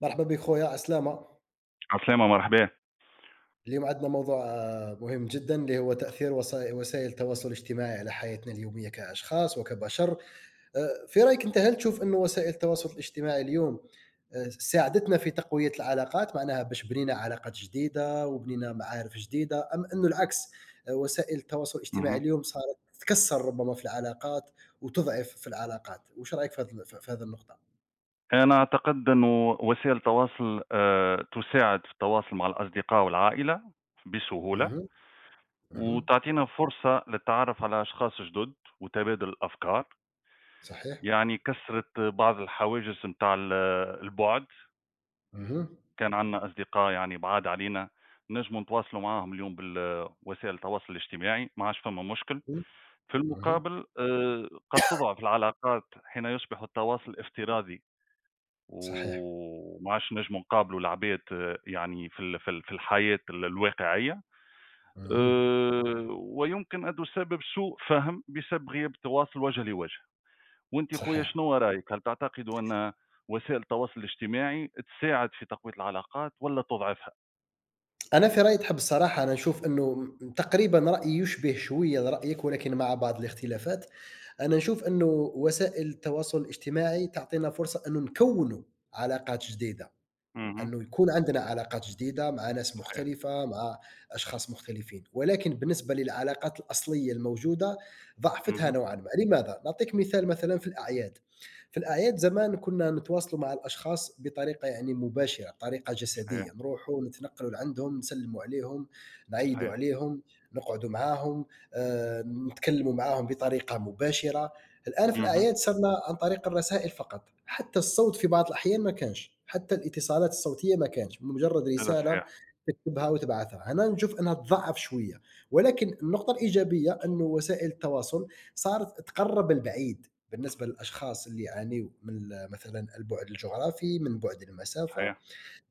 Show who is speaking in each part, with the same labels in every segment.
Speaker 1: مرحبا بك خويا، عسلامة.
Speaker 2: عسلامة، مرحبا،
Speaker 1: اليوم عندنا موضوع مهم جدا اللي هو تأثير وسائل التواصل الاجتماعي على حياتنا اليومية كأشخاص وكبشر. في رأيك أنت، هل تشوف أنه وسائل التواصل الاجتماعي اليوم ساعدتنا في تقوية العلاقات، معناها باش بنينا علاقات جديدة وبنينا معارف جديدة، أم أنه العكس؟ وسائل التواصل الاجتماعي
Speaker 2: اهم.
Speaker 1: اليوم صارت تكسر ربما في العلاقات وتضعف في العلاقات. وش رأيك في هذه النقطة؟
Speaker 2: أنا أعتقد إنه وسائل التواصل تساعد في التواصل مع الأصدقاء والعائلة بسهولة،
Speaker 1: مهم. مهم.
Speaker 2: وتعطينا فرصة للتعرف على أشخاص جدد وتبادل الأفكار،
Speaker 1: صحيح.
Speaker 2: يعني كسرت بعض الحواجز نتاع البُعد،
Speaker 1: مهم.
Speaker 2: كان عندنا أصدقاء يعني بعاد علينا نجموا نتواصلوا معاهم اليوم بال وسائل التواصل الاجتماعي، ما عادش فما مشكل،
Speaker 1: مهم.
Speaker 2: في
Speaker 1: مهم.
Speaker 2: المقابل قد تضعف العلاقات حين يصبح التواصل افتراضي.
Speaker 1: صحيح.
Speaker 2: وما عادش نجموا نقابلوا العباد يعني في الحياة الواقعية،
Speaker 1: اهم.
Speaker 2: ويمكن أنه السبب سوء فهم بسبب غياب التواصل وجه لوجه، وأنتِ خويا
Speaker 1: صحيح.
Speaker 2: شنو رأيك؟ هل تعتقد أن وسائل التواصل الاجتماعي تساعد في تقوية العلاقات والّا تضعفها؟
Speaker 1: أنا في رأيي، تحب الصراحة، أنا نشوف إنه تقريبًا رأيي يشبه شوية رأيك ولكن مع بعض الاختلافات، أنا نشوف إنه وسائل التواصل الاجتماعي تعطينا فرصة إنه نكوّنوا علاقات جديدة.
Speaker 2: اهم،
Speaker 1: أنه يكون عندنا علاقات جديدة مع ناس
Speaker 2: صحيح،
Speaker 1: مختلفة، مع أشخاص مختلفين، ولكن بالنسبة للعلاقات الأصلية الموجودة ضعفتها
Speaker 2: اهم،
Speaker 1: نوعًا ما. لماذا؟ نعطيك مثال، مثلًا في الأعياد، في الأعياد زمان كنا نتواصلوا مع الأشخاص بطريقة يعني مباشرة، بطريقة
Speaker 2: صحيح،
Speaker 1: جسدية، نروحوا نتنقلوا لعندهم، نسلموا عليهم، نعيّدوا
Speaker 2: صحيح،
Speaker 1: عليهم، نقعدوا معاهم، آآ، نتكلموا معاهم بطريقة مباشرة. الآن في
Speaker 2: اهم،
Speaker 1: الأعياد صرنا عن طريق الرسائل فقط، حتى الصوت في بعض الأحيان ما كانش، حتى الاتصالات الصوتية ما كانش، مجرد
Speaker 2: هذا
Speaker 1: رسالة
Speaker 2: صحيح،
Speaker 1: تكتبها وتبعثها. هنا نشوف أنها تضعف شوية، ولكن النقطة الإيجابية أنه وسائل التواصل صارت تقرب البعيد، بالنسبة للأشخاص اللي يعانيوا من مثلًا البُعد الجغرافي، من بُعد المسافة.
Speaker 2: صحيح،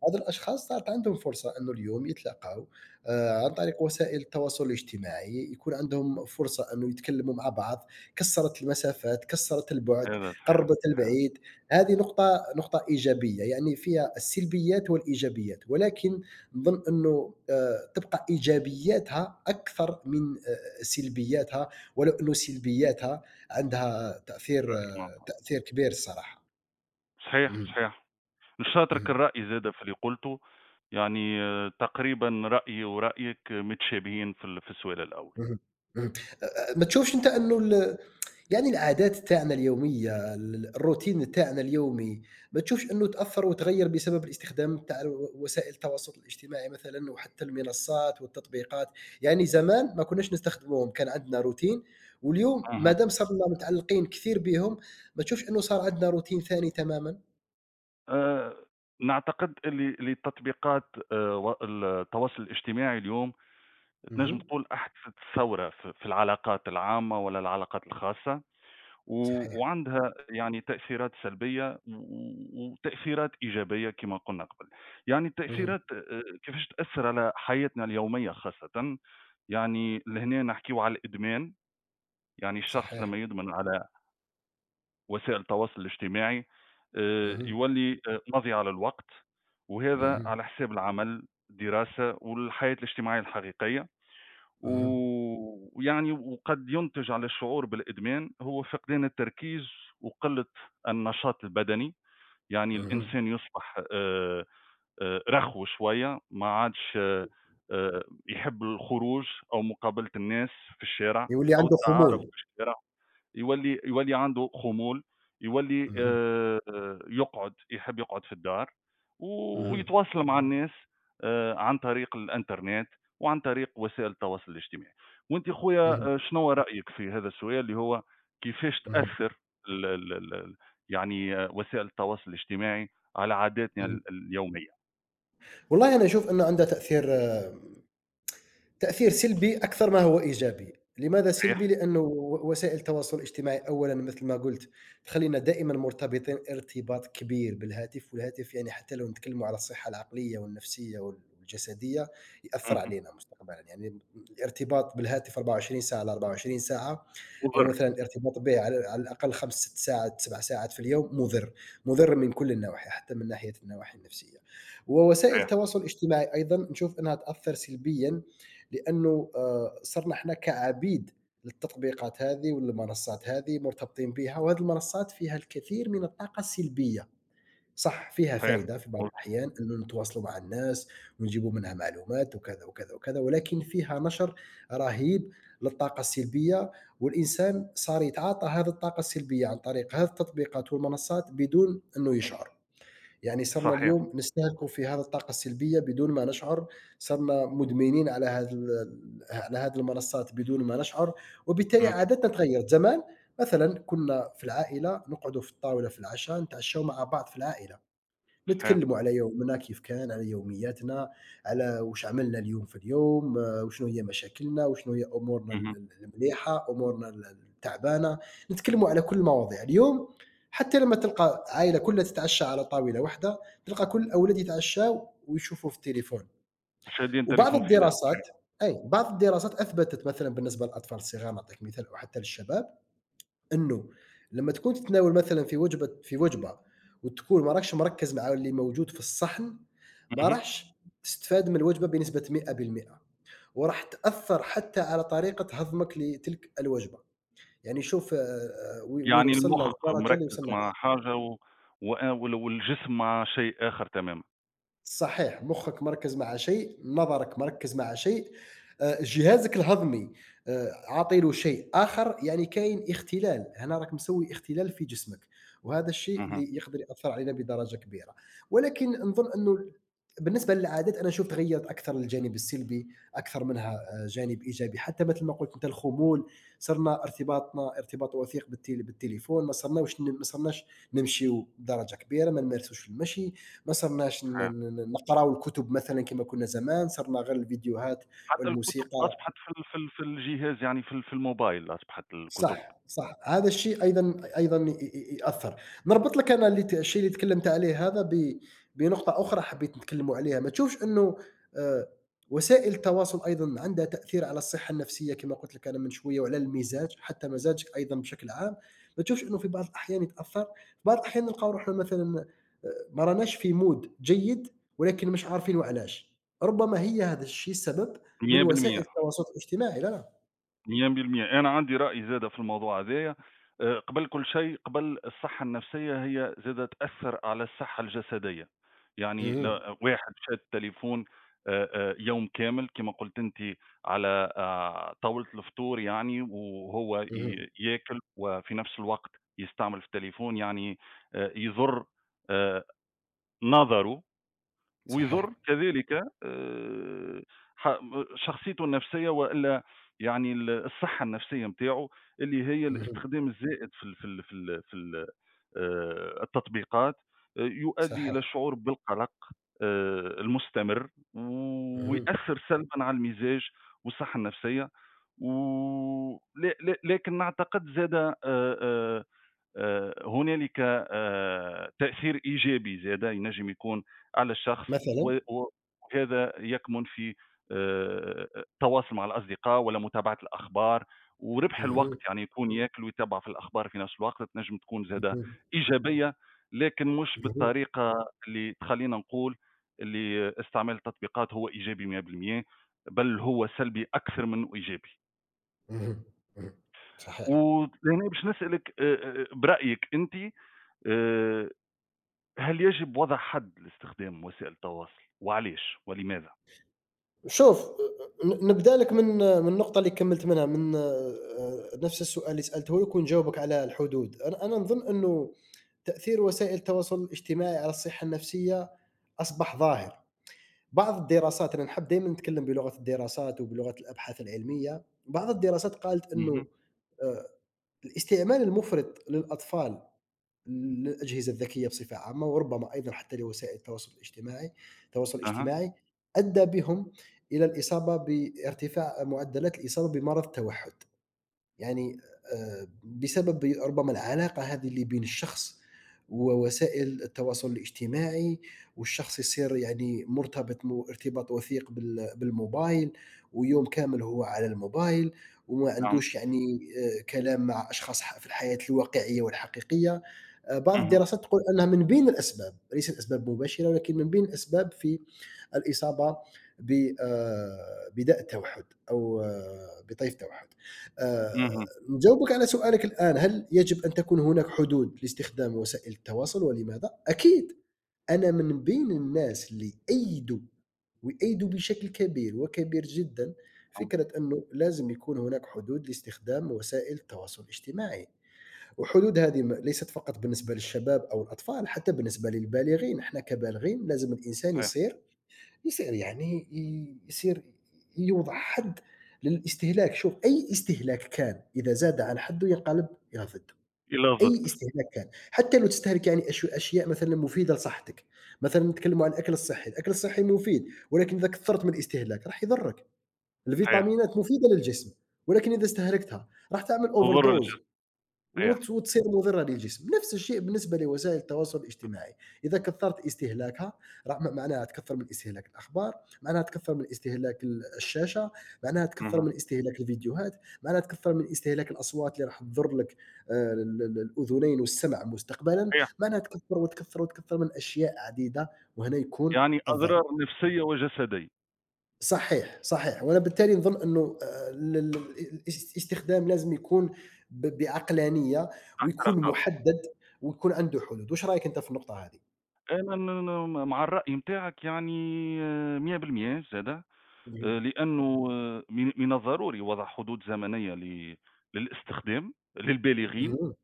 Speaker 1: هاد الأشخاص صارت عندهم فرصة إنه اليوم يتلاقاو عن طريق وسائل التواصل الاجتماعي، يكون عندهم فرصة إنه يتكلموا مع بعض. كسّرت المسافات، كسّرت البُعد،
Speaker 2: هذا صحيح،
Speaker 1: قرّبت
Speaker 2: صحيح،
Speaker 1: البعيد. هذه نقطة إيجابية، يعني فيها السلبيات والإيجابيات، ولكن نظن إنه تبقى إيجابياتها أكثر من سلبياتها، ولو إنه سلبياتها عندها تأثير كبير الصراحة.
Speaker 2: صحيح،
Speaker 1: اهم،
Speaker 2: صحيح. مش هاترك
Speaker 1: اهم،
Speaker 2: الرأي زادة في اللي قُلته، يعني تقريبًا رأيي ورأيك متشابهين في السؤال الأول.
Speaker 1: اهم، اهم. ما تشوفش أنت إنه يعني العادات تاعنا اليومية، الروتين تاعنا اليومي، ما تشوفش إنه تأثّر وتغيّر بسبب الاستخدام تاع وسائل التواصل الاجتماعي مثلًا وحتى المنصات والتطبيقات؟ يعني زمان ما كناش نستخدموهم، كان عندنا روتين، واليوم ما
Speaker 2: اهم.
Speaker 1: دام صرنا متعلقين كثير بيهم، ما تشوفش إنه صار عندنا روتين ثاني تمامًا؟
Speaker 2: آآ نعتقد اللي التطبيقات و التواصل الاجتماعي اليوم تنجم
Speaker 1: اهم،
Speaker 2: تقول أحدثت ثورة في العلاقات العامة ولا العلاقات الخاصة. و
Speaker 1: صحيح،
Speaker 2: وعندها يعني تأثيرات سلبية و و وتأثيرات إيجابية كما قلنا قبل. يعني
Speaker 1: اهم،
Speaker 2: التأثيرات كيفاش تأثّر على حياتنا اليومية خاصةً، يعني لهنا نحكيو على الإدمان، يعني الشخص
Speaker 1: صحيح،
Speaker 2: لمّا يدمن على وسائل التواصل الاجتماعي
Speaker 1: اهم،
Speaker 2: يولي مضيعة للوقت وهذا
Speaker 1: اهم،
Speaker 2: على حساب العمل، الدراسة والحياة الاجتماعية الحقيقية. و
Speaker 1: اهم،
Speaker 2: ويعني وقد ينتج على الشعور بالإدمان هو فقدان التركيز وقلة النشاط البدني، يعني
Speaker 1: اهم،
Speaker 2: الإنسان يصبح رخو شوية ما عادش يحب الخروج أو مقابلة الناس في الشارع
Speaker 1: يولي
Speaker 2: أو
Speaker 1: عنده
Speaker 2: التعارف
Speaker 1: خمول.
Speaker 2: في الشارع. يولّي عنده خمول، يولّي
Speaker 1: اهم،
Speaker 2: يحب يقعد في الدار،
Speaker 1: اهم،
Speaker 2: ويتواصل مع الناس عن طريق الإنترنت وعن طريق وسائل التواصل الاجتماعي. وأنت
Speaker 1: اهم.
Speaker 2: خويا شنو رأيك في هذا السؤال اللي هو كيفاش
Speaker 1: اهم،
Speaker 2: تأثّر ال ال ال ال يعني وسائل التواصل الاجتماعي على عاداتنا
Speaker 1: اهم.
Speaker 2: اليومية،
Speaker 1: والله أنا أشوف إنه عنده تأثير سلبي أكثر ما هو إيجابي. لماذا سلبي؟
Speaker 2: صحيح؟
Speaker 1: لأنه وسائل التواصل الاجتماعي أولًا مثل ما قُلت تخلّينا دائمًا مرتبطين ارتباط كبير بالهاتف، والهاتف يعني حتى لو نتكلموا على الصحة العقلية والنفسية والجسدية يأثّر
Speaker 2: اهم.
Speaker 1: علينا مستقبلًا. يعني الارتباط بالهاتف 24 ساعة على 24 ساعة أو
Speaker 2: وضر،
Speaker 1: مثلًا الارتباط به على الأقل 5، 6 ساعات، 7 ساعات في اليوم مُضِر، مُضِر من كل النواحي حتى من ناحية النواحي النفسية. ووسائل
Speaker 2: صحيح،
Speaker 1: التواصل الاجتماعي أيضًا نشوف أنها تأثّر سلبيًا لأنه صرنا إحنا كعبيد للتطبيقات هذه وللمنصات هذه مرتبطين بها، وهذه المنصات فيها الكثير من الطاقة السلبية. صح فيها
Speaker 2: صحيح،
Speaker 1: فايدة في بعض
Speaker 2: مضبوط،
Speaker 1: الأحيان إنه نتواصلوا مع الناس ونجيبوا منها معلومات وكذا، وكذا، وكذا، ولكن فيها نشر رهيب للطاقة السلبية، والإنسان صار يتعاطى هذه الطاقة السلبية عن طريق هذه التطبيقات والمنصات بدون إنه يشعر. يعني صرنا
Speaker 2: صحيح،
Speaker 1: اليوم نستهلكوا في هذه الطاقة السلبية بدون ما نشعر، صرنا مدمنين على هذا ال على هذه المنصات بدون ما نشعر. وبالتالي
Speaker 2: اهم،
Speaker 1: عاداتنا تغيّرت. زمان مثلًا كنا في العائلة نقعدوا في الطاولة في العشاء، نتعشوا مع بعض في العائلة.
Speaker 2: صحيح،
Speaker 1: نتكلّموا على يومنا كيف كان، على يومياتنا، على واش عملنا اليوم في اليوم، وشنو هي مشاكلنا، وشنو هي أمورنا
Speaker 2: اهم.
Speaker 1: ال المليحة، أمورنا التعبانة، نتكلّموا على كل المواضيع. اليوم حتى لمّا تلقى عايلة كلها تتعشى على طاولة واحدة، تلقى كل الأولاد يتعشاو ويشوفوا في التليفون.
Speaker 2: وشادين
Speaker 1: وبعض
Speaker 2: تليفون في ايديهم،
Speaker 1: الدراسات
Speaker 2: صحيح.
Speaker 1: أي، بعض الدراسات أثبتت مثلًا بالنسبة للأطفال الصغار، نعطيك مثال، أو حتى للشباب، إنه لمّا تكون تتناول مثلًا في وجبة وتكون ما راكش مركّز مع اللي موجود في الصحن، ما
Speaker 2: اهم.
Speaker 1: راحش تستفاد من الوجبة بنسبة 100%، وراح تأثّر حتى على طريقة هضمك لتلك الوجبة. يعني شوف، وي وين
Speaker 2: يعني
Speaker 1: وصلنا
Speaker 2: المُخ
Speaker 1: للدرجة اللي
Speaker 2: مركّز
Speaker 1: وصلنا ليها.
Speaker 2: مع حاجة و وأ وال والجسم مع شيء آخر تمامًا.
Speaker 1: صحيح، مُخّك مركّز مع شيء، نظرك مركّز مع شيء، جهازك الهضمي عاطي له شيء آخر، يعني كاين اختلال، هنا راك مسوي اختلال في جسمك، وهذا الشيء
Speaker 2: اهم،
Speaker 1: اللي يقدر يأثّر علينا بدرجة كبيرة. ولكن نظن أنه بالنسبة للعادات أنا شوف تغيّرت أكثر للجانب السلبي أكثر منها جانب إيجابي. حتى مثل ما قُلت أنت، الخمول، صرنا ارتباطنا ارتباط وثيق بالتليفون، ما صرناوش ن ما صرناش نمشيو بدرجة كبيرة، ما نمارسوش المشي، ما صرناش ن
Speaker 2: صحيح.
Speaker 1: ن نقراو الكتب مثلًا كيما كنا زمان، صرنا غير الفيديوهات
Speaker 2: حتى الكُتب
Speaker 1: والموسيقى.
Speaker 2: أصبحت في الجهاز يعني في الموبايل أصبحت الكُتب
Speaker 1: صح، صح، هذا الشيء أيضًا ي ي يأثّر. نربط لك أنا اللي الشيء اللي تكلمت عليه هذا بنقطة أخرى حبيت نتكلموا عليها. ما تشوفش إنه آآ وسائل التواصل أيضًا عندها تأثير على الصحة النفسية كما قُلت لك أنا من شوية وعلى المزاج، حتى مزاجك أيضًا بشكل عام، ما تشوفش إنه في بعض الأحيان يتأثّر؟ في بعض الأحيان نلقاو روحنا مثلًا ما راناش في mood جيد، ولكن مش عارفين وعلاش، ربما هي هذا الشيء السبب من وسائل
Speaker 2: 100%.
Speaker 1: التواصل الاجتماعي. لا، لا.
Speaker 2: 100% أنا عندي رأي زادة في الموضوع هذايا، قبل كل شيء قبل الصحة النفسية هي زادة تأثّر على الصحة الجسدية، يعني ل
Speaker 1: اهم،
Speaker 2: واحد شاد تليفون يوم كامل كما قُلتِ أنتِ على طاولة الفطور يعني وهو
Speaker 1: اهم،
Speaker 2: ياكل وفي نفس الوقت يستعمل في التليفون يعني يضُر آآ نظره ويضُر
Speaker 1: صحيح.
Speaker 2: كذلك آآ ح م شخصيته النفسية وإلا يعني الصحّة النفسية نتاعه اللي هي
Speaker 1: اهم،
Speaker 2: الاستخدام الزائد في ال في ال في ال في ال التطبيقات يؤدّي إلى
Speaker 1: صحيح،
Speaker 2: الشعور بالقلق المستمر،
Speaker 1: اهم،
Speaker 2: ويأثّر سلبًا على المزاج والصحّة النفسية و ل ل لكن نعتقد زادة هنالك تأثير إيجابي زادة ينجم يكون على الشخص
Speaker 1: مثلًا؟
Speaker 2: و و وهذا يكمن في التواصل مع الأصدقاء ولا متابعة الأخبار وربح الوقت،
Speaker 1: اهم،
Speaker 2: يعني يكون ياكل ويتابع في الأخبار في نفس الوقت، تنجم تكون زادة
Speaker 1: اهم،
Speaker 2: إيجابية، لكن مش
Speaker 1: اهم،
Speaker 2: بالطريقة اللي تخلّينا نقول اللي استعمال التطبيقات هو إيجابي 100% بل هو سلبي أكثر منه إيجابي.
Speaker 1: اهم، اهم، صحيح.
Speaker 2: ولهنا باش نسألِك برأيِك أنتِ آآ هل يجب وضع حد لاستخدام وسائل التواصل وعليش ولماذا؟
Speaker 1: شوف، أ أ ن نبدا لك من النقطة اللي كمّلت منها من، نفس السؤال اللي سألته لك ونجاوبك على الحدود. أنا نظن إنه تأثير وسائل التواصل الاجتماعي على الصحة النفسية أصبح ظاهر. بعض الدراسات، أنا نحب دايمًا نتكلم بلغة الدراسات وبلغة الأبحاث العلمية، بعض الدراسات قالت
Speaker 2: اهم،
Speaker 1: إنه آآ، الاستعمال المفرط للأطفال للأجهزة الذكية بصفة عامة، وربما أيضًا حتى لوسائل التواصل الاجتماعي التواصل
Speaker 2: أها،
Speaker 1: الاجتماعي، أدّى بهم إلى الإصابة بارتفاع معدلات الإصابة بمرض التوحُّد. يعني بسبب ربما العلاقة هذه اللي بين الشخص ووسائل التواصل الاجتماعي، والشخص يصير يعني مرتبط ارتباط وثيق بالموبايل، ويوم كامل هو على الموبايل، وما
Speaker 2: نعم،
Speaker 1: عندوش يعني كلام مع أشخاص في الحياة الواقعية والحقيقية. بعض
Speaker 2: اهم،
Speaker 1: الدراسات تقول أنها من بين الأسباب، ليست أسباب مباشرة ولكن من بين الأسباب في الاصابه بداء توحد او آه، بطيف توحد.
Speaker 2: اهم،
Speaker 1: نجاوبك على سؤالك الان، هل يجب ان تكون هناك حدود لاستخدام وسائل التواصل ولماذا؟ اكيد، انا من بين الناس اللي ايدوا ويأيدوا بشكل كبير وكبير جدا
Speaker 2: نعم،
Speaker 1: فكرة أنه لازم يكون هناك حدود لاستخدام وسائل التواصل الاجتماعي. وحدود هذه ليست فقط بالنسبة للشباب أو الأطفال، حتى بالنسبة للبالغين. احنا كبالغين لازم الإنسان
Speaker 2: صحيح،
Speaker 1: يصير يصير يعني ي يصير يوضع حد للاستهلاك. شوف، أي استهلاك كان إذا زاد عن حده ينقلب إلى ضده،
Speaker 2: إلى ضد،
Speaker 1: أي استهلاك كان، حتى لو تستهلك يعني أشياء مثلًا مفيدة لصحتك. مثلًا نتكلموا عن الأكل الصحي، الأكل الصحي مفيد، ولكن إذا كثرت من الاستهلاك راح يضرك.
Speaker 2: صحيح،
Speaker 1: الفيتامينات مفيدة للجسم، ولكن إذا استهلكتها راح تعمل
Speaker 2: تضر
Speaker 1: overdose
Speaker 2: الجسم، صحيح،
Speaker 1: وتصير مضرة للجسم. نفس الشيء بالنسبة لوسائل التواصل الاجتماعي، إذا كثرت استهلاكها راح معناها تكثر من استهلاك الأخبار، معناها تكثر من استهلاك الشاشة، معناها تكثر
Speaker 2: اهم،
Speaker 1: من استهلاك الفيديوهات، معناها تكثر من استهلاك الأصوات اللي راح تضر لك الأذنين والسمع مستقبلا،
Speaker 2: صحيح،
Speaker 1: معناها تكثر وتكثر وتكثر من أشياء عديدة، وهنا يكون
Speaker 2: يعني
Speaker 1: الضرر.
Speaker 2: أضرار نفسية وجسدية
Speaker 1: صحيح، صحيح، وأنا بالتالي نظن إنه ال ال الاس الاستخدام لازم يكون بعقلانية،
Speaker 2: تحت
Speaker 1: ويكون
Speaker 2: رقابة،
Speaker 1: محدد ويكون عنده حدود. واش رأيك أنت في النقطة هذه؟
Speaker 2: أنا ن ن مع الرأي متاعك يعني 100% زادة.
Speaker 1: اهم،
Speaker 2: لأنه من الضروري وضع حدود زمنية للاستخدام للبالغين،
Speaker 1: اهم،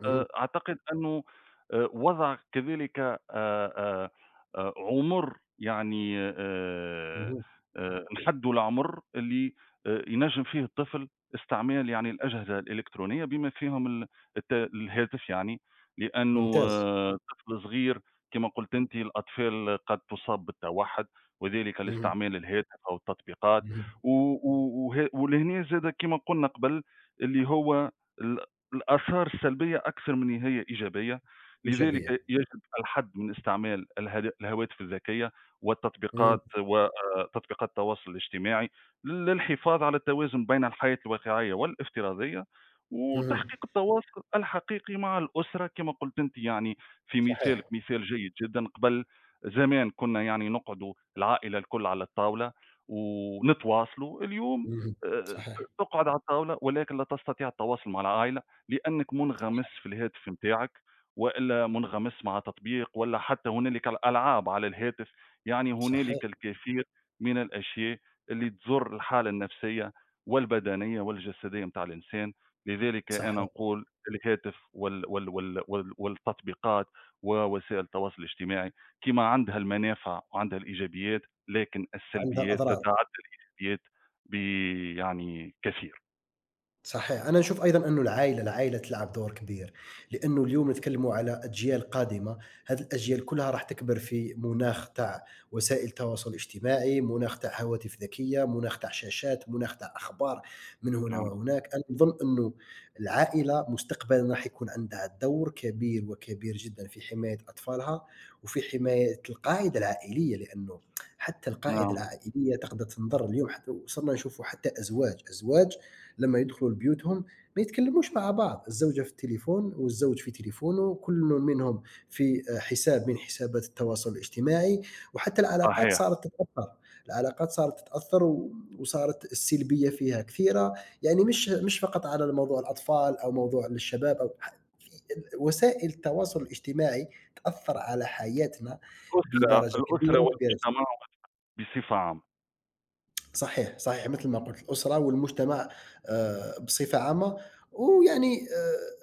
Speaker 1: اهم،
Speaker 2: أنه وضع كذلك عُمر يعني
Speaker 1: اهم،
Speaker 2: نحدّوا العُمر اللي ينجم فيه الطفل استعمال يعني الأجهزة الإلكترونية بما فيهم ال الت الهاتف يعني، لأنه
Speaker 1: ممتاز،
Speaker 2: طفل صغير كما قُلت أنتِ الأطفال قد تُصاب بالتوحُّد. وذلك
Speaker 1: اهم،
Speaker 2: لاستعمال الهاتف أو التطبيقات
Speaker 1: اهم،
Speaker 2: و و وه ولهنا زادة كما قلنا قبل اللي هو ال الآثار السلبية أكثر من إن هي إيجابية، لذلك
Speaker 1: إيجابية،
Speaker 2: يجب الحد من استعمال الهواتف الذكية والتطبيقات
Speaker 1: اهم،
Speaker 2: وتطبيقات التواصل الاجتماعي للحفاظ على التوازن بين الحياة الواقعية والافتراضية،
Speaker 1: اهم،
Speaker 2: وتحقيق التواصل الحقيقي مع الأسرة كما قلت أنتِ يعني في مثالك
Speaker 1: صحيح،
Speaker 2: مثال جيد جدًا، قبل زمان كنا يعني نقعدوا العائلة الكل على الطاولة ونتواصلوا، اليوم
Speaker 1: اهم، صحيح،
Speaker 2: تقعد على الطاولة ولكن لا تستطيع التواصل مع العائلة، لأنك منغمس في الهاتف نتاعك وإلا منغمس مع تطبيق ولا حتى هنالك الألعاب على الهاتف، يعني
Speaker 1: صحيح،
Speaker 2: هنالك الكثير من الأشياء اللي تضر الحالة النفسية والبدنية والجسدية متاع الإنسان، لذلك أنا
Speaker 1: صحيح،
Speaker 2: نقول الهاتف والتطبيقات ووسائل التواصل الاجتماعي كيما عندها المنافع وعندها الإيجابيات، لكن
Speaker 1: عندها
Speaker 2: السلبيات
Speaker 1: أضرار.
Speaker 2: تتعدى الإيجابيات ب يعني كثير.
Speaker 1: صحيح، أنا نشوف أيضًا إنه العايلة تلعب دور كبير، لإنه اليوم نتكلّموا على أجيال قادمة. هذه الأجيال كلها راح تكبر في مناخ تاع وسائل التواصل الاجتماعي، مناخ تاع هواتف ذكية، مناخ تاع شاشات، مناخ تاع أخبار من هنا
Speaker 2: نعم،
Speaker 1: وهناك. أنا نظن إنه العائلة مستقبلًا راح يكون عندها دور كبير وكبير جدًا في حماية أطفالها، وفي حماية القاعدة العائلية، لإنه حتى القاعدة
Speaker 2: نعم،
Speaker 1: العائلية تقدر تنضر اليوم. حتى وصلنا نشوفوا حتى أزواج، أزواج لما يدخلوا لبيوتهم ما يتكلموش مع بعض. الزوجة في التليفون والزوج في تليفونه، كل منهم في حساب من حسابات التواصل الاجتماعي، وحتى العلاقات
Speaker 2: صحيح.
Speaker 1: صارت تتأثّر. العلاقات صارت تتأثّر وصارت السلبية فيها كثيرة، يعني مش فقط على موضوع الأطفال أو موضوع للشباب أو في وسائل التواصل الاجتماعي تأثّر على حياتنا
Speaker 2: الأسرة
Speaker 1: بدرجة
Speaker 2: الأسرة
Speaker 1: كبيرة، كبيرة جدًا.
Speaker 2: والمجتمع بصفة عامة.
Speaker 1: صحيح، صحيح، مثل ما قُلت الأسرة والمجتمع بصفة عامة. ويعني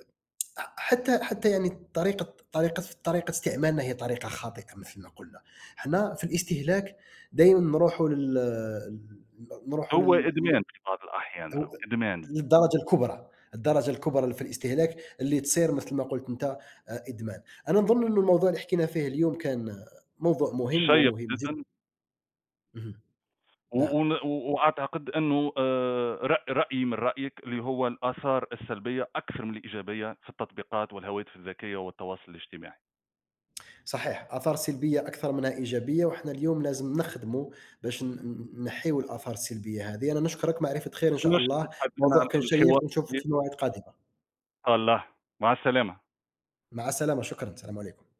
Speaker 1: ح حتى حتى يعني طريقة استعمالنا هي طريقة خاطئة مثل ما قُلنا. حنا في الاستهلاك دايمًا نروحوا لل ن نروحوا
Speaker 2: هو
Speaker 1: لل لل
Speaker 2: إدمان في بعض الأحيان
Speaker 1: هو
Speaker 2: راهو، إدمان
Speaker 1: للدرجة الكبرى، الدرجة الكبرى اللي في الاستهلاك اللي تصير مثل ما قُلت أنت إدمان. أنا نظن إنه الموضوع اللي حكينا فيه اليوم كان موضوع مهم
Speaker 2: شيق
Speaker 1: ومهم
Speaker 2: جدًا
Speaker 1: جدًا. اهم،
Speaker 2: و
Speaker 1: نعم.
Speaker 2: ون و وأعتقد إنه رأ رأيي من رأيك اللي هو الآثار السلبية أكثر من الإيجابية في التطبيقات والهواتف الذكية والتواصل الاجتماعي.
Speaker 1: صحيح، آثار سلبية أكثر منها إيجابية، وإحنا اليوم لازم نخدموا باش ن ن نحيوا الآثار السلبية هذه. أنا نشكرك معرفة خير إن شاء
Speaker 2: نشكرك
Speaker 1: الله،
Speaker 2: حقًا
Speaker 1: الموضوع
Speaker 2: على
Speaker 1: كان
Speaker 2: الحوار
Speaker 1: شيق ونشوفك
Speaker 2: الطيب.
Speaker 1: في مواعيد قادمة،
Speaker 2: الله، مع السلامة.
Speaker 1: مع السلامة، شكرًا، السلام عليكم.